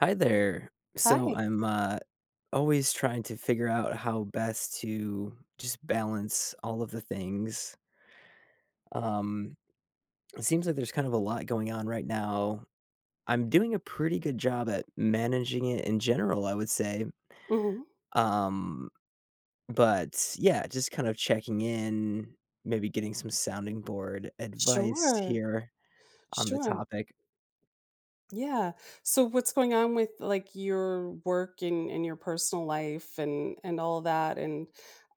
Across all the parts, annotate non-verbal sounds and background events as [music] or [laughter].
Hi there. So Hi. I'm Always trying to figure out how best to just balance all of the things. Um, it seems like there's kind of a lot going on right now. I'm doing a pretty good job at managing it in general, I would say. Mhm. Um, but yeah, just kind of checking in, maybe getting some sounding board advice Sure. here on the Sure. topic. Yeah. So what's going on with like your work and your personal life and all that and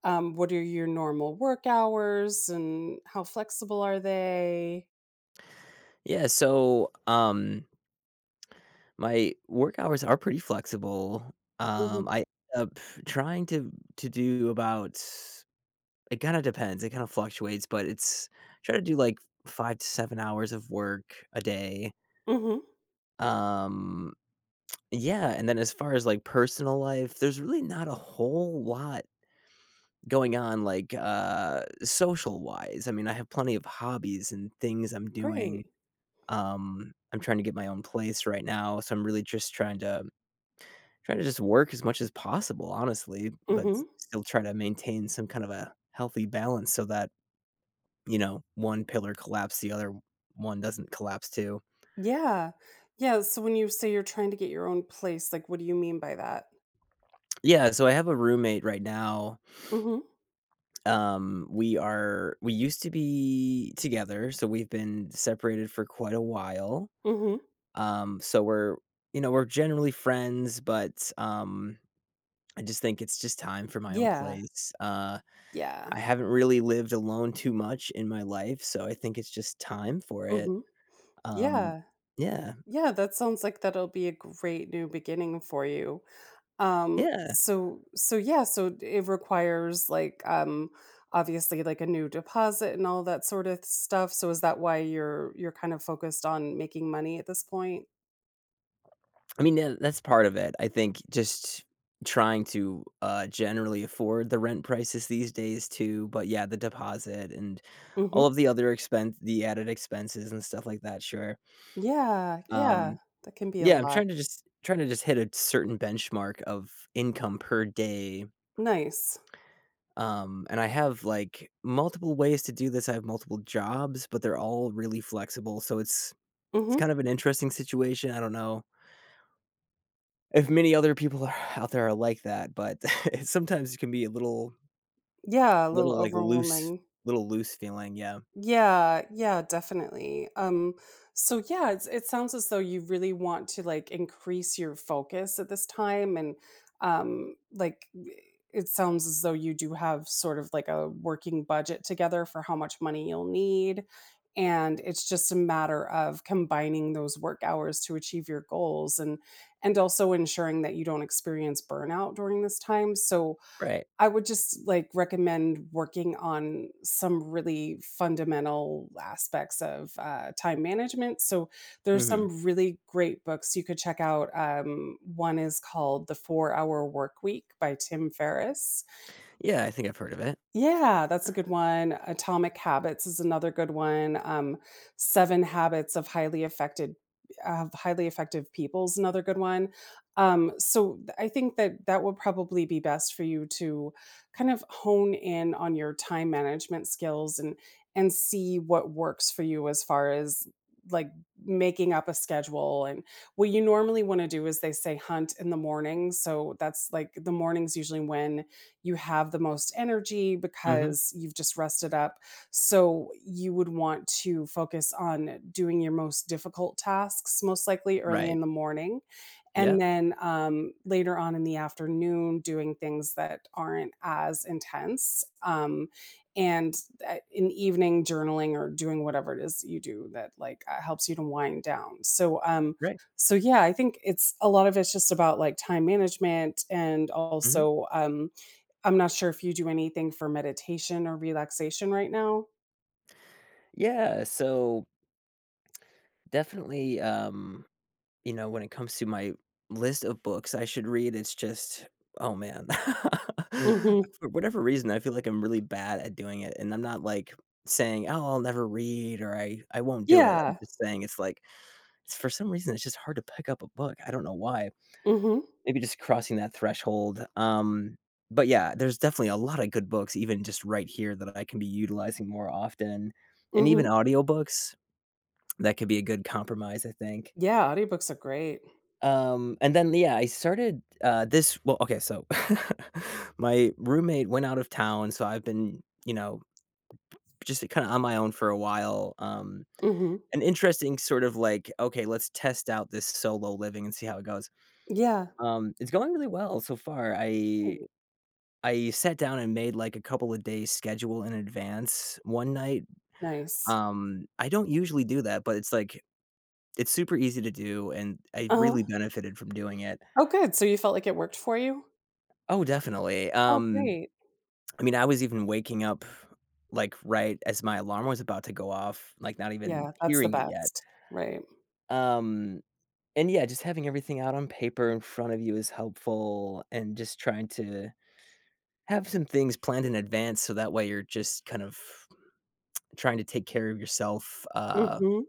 what are your normal work hours and how flexible are they? Yeah. My work hours are pretty flexible. Mhm. I end up trying to do about it kinda fluctuates, but it's try to do, like, 5 to 7 hours of work a day. Mhm. Um, yeah, and then as far as, like, personal life, there's really not a whole lot going on, like, social-wise. I mean, I have plenty of hobbies and things I'm doing. Great. I'm trying to get my own place right now, so I'm really just trying to try to just work as much as possible, honestly, but s Mhm. still try to maintain some kind of a healthy balance so that, you know, one pillar collapse, the other one doesn't collapse too. Yeah. Yeah, so when you say you're trying to get your own place, like what do you mean by that? Yeah, so I have a roommate right now, Mhm. We used to be together, so we've been separated for quite a while, Mhm. So we're, you know, we're generally friends, but, I just think it's just time for my own Yeah. place. Yeah. I haven't really lived alone too much in my life, so I think it's just time for it. Mhm. Um, Yeah. yeah, Yeah, that sounds like that'll be a great new beginning for you. Um, yeah. so so yeah, so it requires like obviously like a new deposit and all that sort of stuff. So is that why you're kind of focused on making money at this point? I mean, yeah, that's part of it. I think just trying to, generally afford the rent prices these days too, but yeah, the deposit and all Mhm. of the other expense the added expenses and stuff like that, sure. Yeah, Um, yeah. That can be a yeah, I'm lot. Trying to just hit a certain benchmark of income per day. Nice. And I have like multiple ways to do this. I have multiple jobs, but they're all really flexible. So it's Mhm. kind of an interesting situation. I don't know if many other people are out there are like that, but [laughs] it sometimes it can be a little Yeah, a little little like loose, overwhelming. little loose feeling. Yeah. Yeah, yeah, definitely. So yeah, it's, it sounds as though you really want to like increase your focus at this time, and um, like y- it sounds as though you do have sort of like a working budget together for how much money you'll need, and it's just a matter of combining those work hours to achieve your goals, and also ensuring that you don't experience burnout during this time. So Right. I would just, like, recommend working on some really fundamental aspects of, time management, so there's Hmm. some really great books you could check out, one is called The 4 Hour Work Week by Tim Ferriss, Yeah, I think I've heard of it. yeah, that's a good one. Atomic Habits is another good one. Seven Habits of Highly Effective People is another good one. I think that that would probably be best for you to kind of hone in on your time management skills and see what works for you as far as like making up a schedule and what you normally want to do is they say hunt in the morning, so that's like the mornings usually when you have the most energy Hmm. because you've just rested up. So you would want to focus on doing your most difficult tasks, most likely early Right. in the morning. Yeah. And then later on in the afternoon, doing things that aren't as intense. And in the evening, journaling or doing whatever it is you do that like helps you to wind down. So, um, Right. so yeah, I think it's a lot of it's just about like time management and Hmm. also, I'm not sure if you do anything for meditation or relaxation right now. Yeah. So definitely. You know, when it comes to my list of books I should read, it's just, oh man. [laughs] Mm. Mhm. For whatever reason, I feel like I'm really bad at doing it. And I'm not like saying, oh, I'll never read or I won't do it. I'm Yeah. just saying it's like, it's, for some reason, it's just hard to pick up a book. I don't know why. Mhm. Maybe just crossing that threshold. But yeah, there's definitely a lot of good books, even just right here, that I can be utilizing more often. And even Mhm. audiobooks, that could be a good compromise, I think. Yeah, audiobooks are great. And then, yeah, I started, this well, okay, so [laughs] my roommate went out of town, so I've been, you know, just kinda on my own for a while, Mhm. an interesting sort of like, "Okay, let's test out this solo living and see how it goes." Yeah. It's going really well so far. I Ooh, I sat down and made, like, a couple of days schedule in advance one night. nice. I don't usually do that, but it's like it's super easy to do, and I Uh-huh. really benefited from doing it. Oh, good. So you felt like it worked for you? Oh, definitely. Oh, great. I mean, I was even waking up, like, right as my alarm was about to go off, like, not even Yeah, that's the hearing it yet. best. Right. Um, and yeah, just having everything out on paper in front of you is helpful and just trying to have some things planned in advance so that way you're just kind of trying to take care of yourself, Mhm.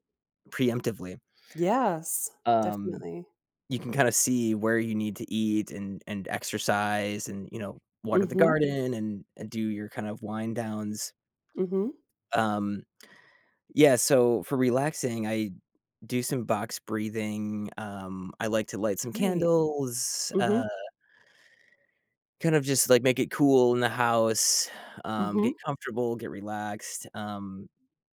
preemptively. Yes, Um, definitely. you can kinda see where you need to eat and exercise and, you know, water the Mhm. garden and do your kind of wind downs. Mhm. Um Yeah, so for relaxing, I do some box breathing, I like to light some Great. candles, Mhm. kind of just, like, make it cool in the house, get Mhm. comfortable, get relaxed,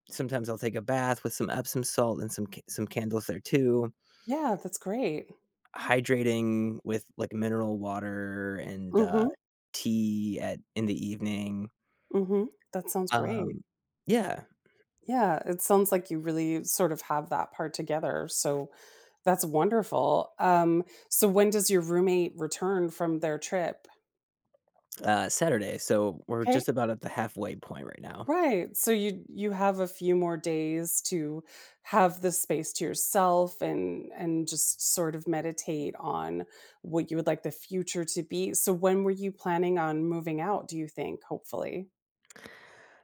sometimes I'll take a bath with some Epsom salt and some ca some candles there too. Yeah, that's great. Hydrating with, like, mineral water and, Mhm. tea at in the evening. Mhm. That sounds great. um Yeah, Yeah, it sounds like you really sort of have that part together. So that's wonderful. So when does your roommate return from their trip? Saturday, so we're Okay. just about at the halfway point right now. Right. So you have a few more days to have the space to yourself and just sort of meditate on what you would like the future to be. So when were you planning on moving out, do you think, hopefully?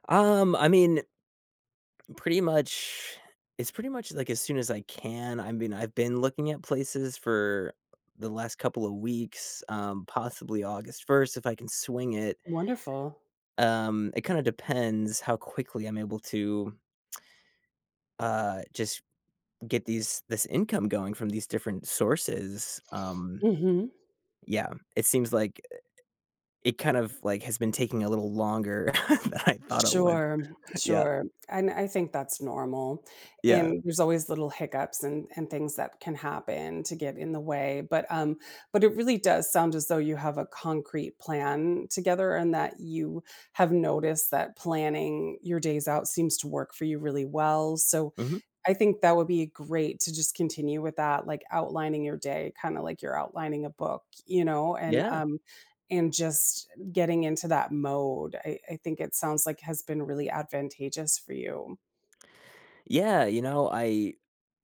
I mean, Pretty much it's pretty much, like, as soon as I can. I mean, I've been looking at places for the last couple of weeks, possibly August 1st if I can swing it. Wonderful. It kinda depends how quickly I'm able to, just get these this income going from these different sources. Mhm. Yeah, it seems like it kind of, like, has been taking a little longer [laughs] than I thought it would. Sure, Yeah, sure, and I think that's normal, yeah. and there's always little hiccups and things that can happen to get in the way, but it really does sound as though you have a concrete plan together and that you have noticed that planning your days out seems to work for you really well, so Mhm. I think that would be great to just continue with that, like, outlining your day, kinda like you're outlining a book, you know, Yeah. And just getting into that mode, I think it sounds like has been really advantageous for you. Yeah, you know, I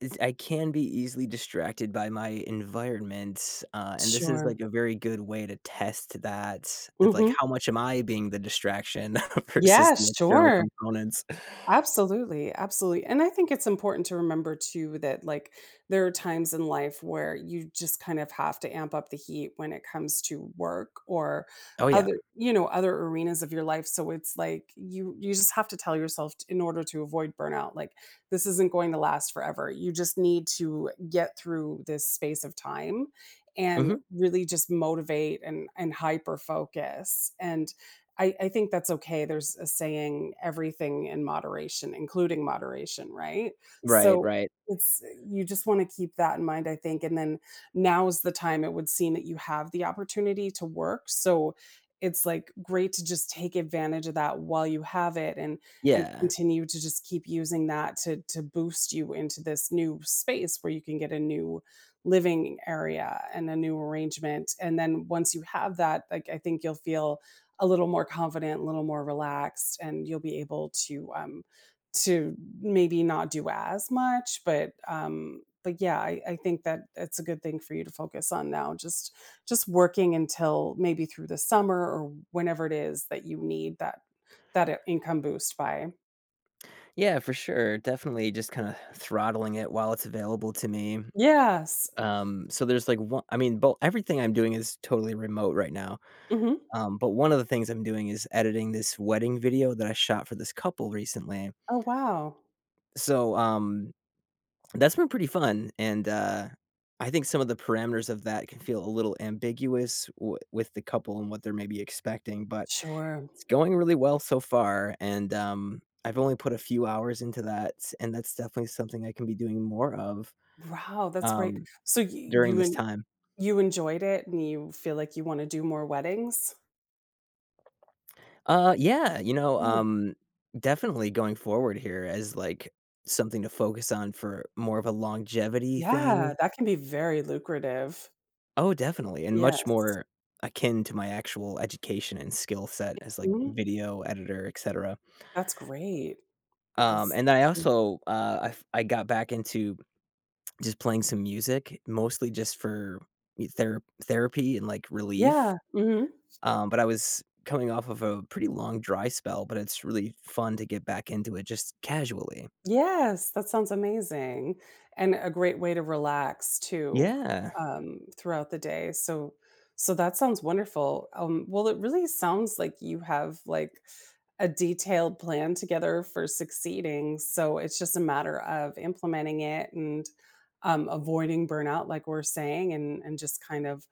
it's- I can be easily distracted by my environment, and this is Sure. like a very good way to test that. It's like Mhm. how much am I being the distraction [laughs] versus Yeah, the external sure. components? Absolutely, absolutely. And I think it's important to remember too that like there are times in life where you just kind of have to amp up the heat when it comes to work or Oh yeah. other, you know, other arenas of your life. So it's like you just have to tell yourself in order to avoid burnout, like this isn't going to last forever. You just need to get through this space of time and Hmm. really just motivate and hyper focus and I think that's okay. There's a saying, everything in moderation, including moderation, right? Right, So right. it's you just want to keep that in mind, I think. And then now is the time it would seem that you have the opportunity to work. So it's like great to just take advantage of that while you have it and Yeah, continue to just keep using that to boost you into this new space where you can get a new living area and a new arrangement, and then once you have that, like, I think you'll feel a little more confident, a little more relaxed, and you'll be able to to maybe not do as much. But yeah, I think that it's a good thing for you to focus on now. Just working until maybe through the summer or whenever it is that you need that income boost by. yeah, for sure, definitely. Just kind of throttling it while it's available to me. Yes. So there's like one. I mean, both everything I'm doing is totally remote right now. hmm But one of the things I'm doing is editing this wedding video that I shot for this couple recently. Oh wow. So, that's been pretty fun, and, I think some of the parameters of that can feel a little ambiguous w with the couple and what they're maybe expecting, but Sure. it's going really well so far, and, I've only put a few hours into that, and that's definitely something I can be doing more of, Wow, that's great. um, So during this time. you enjoyed it, and you feel like you want to do more weddings. Yeah, you know, Yeah. Definitely going forward here as, like, something to focus on for more of a longevity Yeah, thing. that can be very lucrative. Oh, definitely, and much Yes. more akin to my actual education and skill set as, like, Mhm. video editor, etcetera. That's great. That's And then I also, I got back into just playing some music, mostly just for y thera therapy and, like, relief, Yeah, mhm. But I was coming off of a pretty long dry spell, but it's really fun to get back into it just casually. Yes, that sounds amazing, and a great way to relax too, Yeah, throughout the day, so so that sounds wonderful, well, it really sounds like you have, like, a detailed plan together for succeeding. So it's just a matter of implementing it and avoiding burnout, like we're saying, and just kind of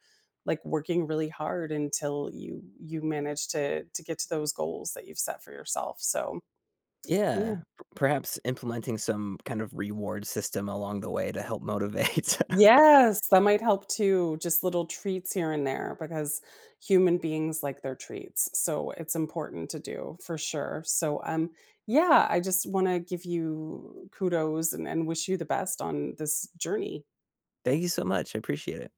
like working really hard until you manage to get to those goals that you've set for yourself. So yeah. yeah, p perhaps implementing some kind of reward system along the way to help [laughs] motivate. Yes, that might help too, just little treats here and there because human beings like their treats. So it's important to do for sure. Yeah, I just want to give you kudos and wish you the best on this journey. Thank you so much. I appreciate it.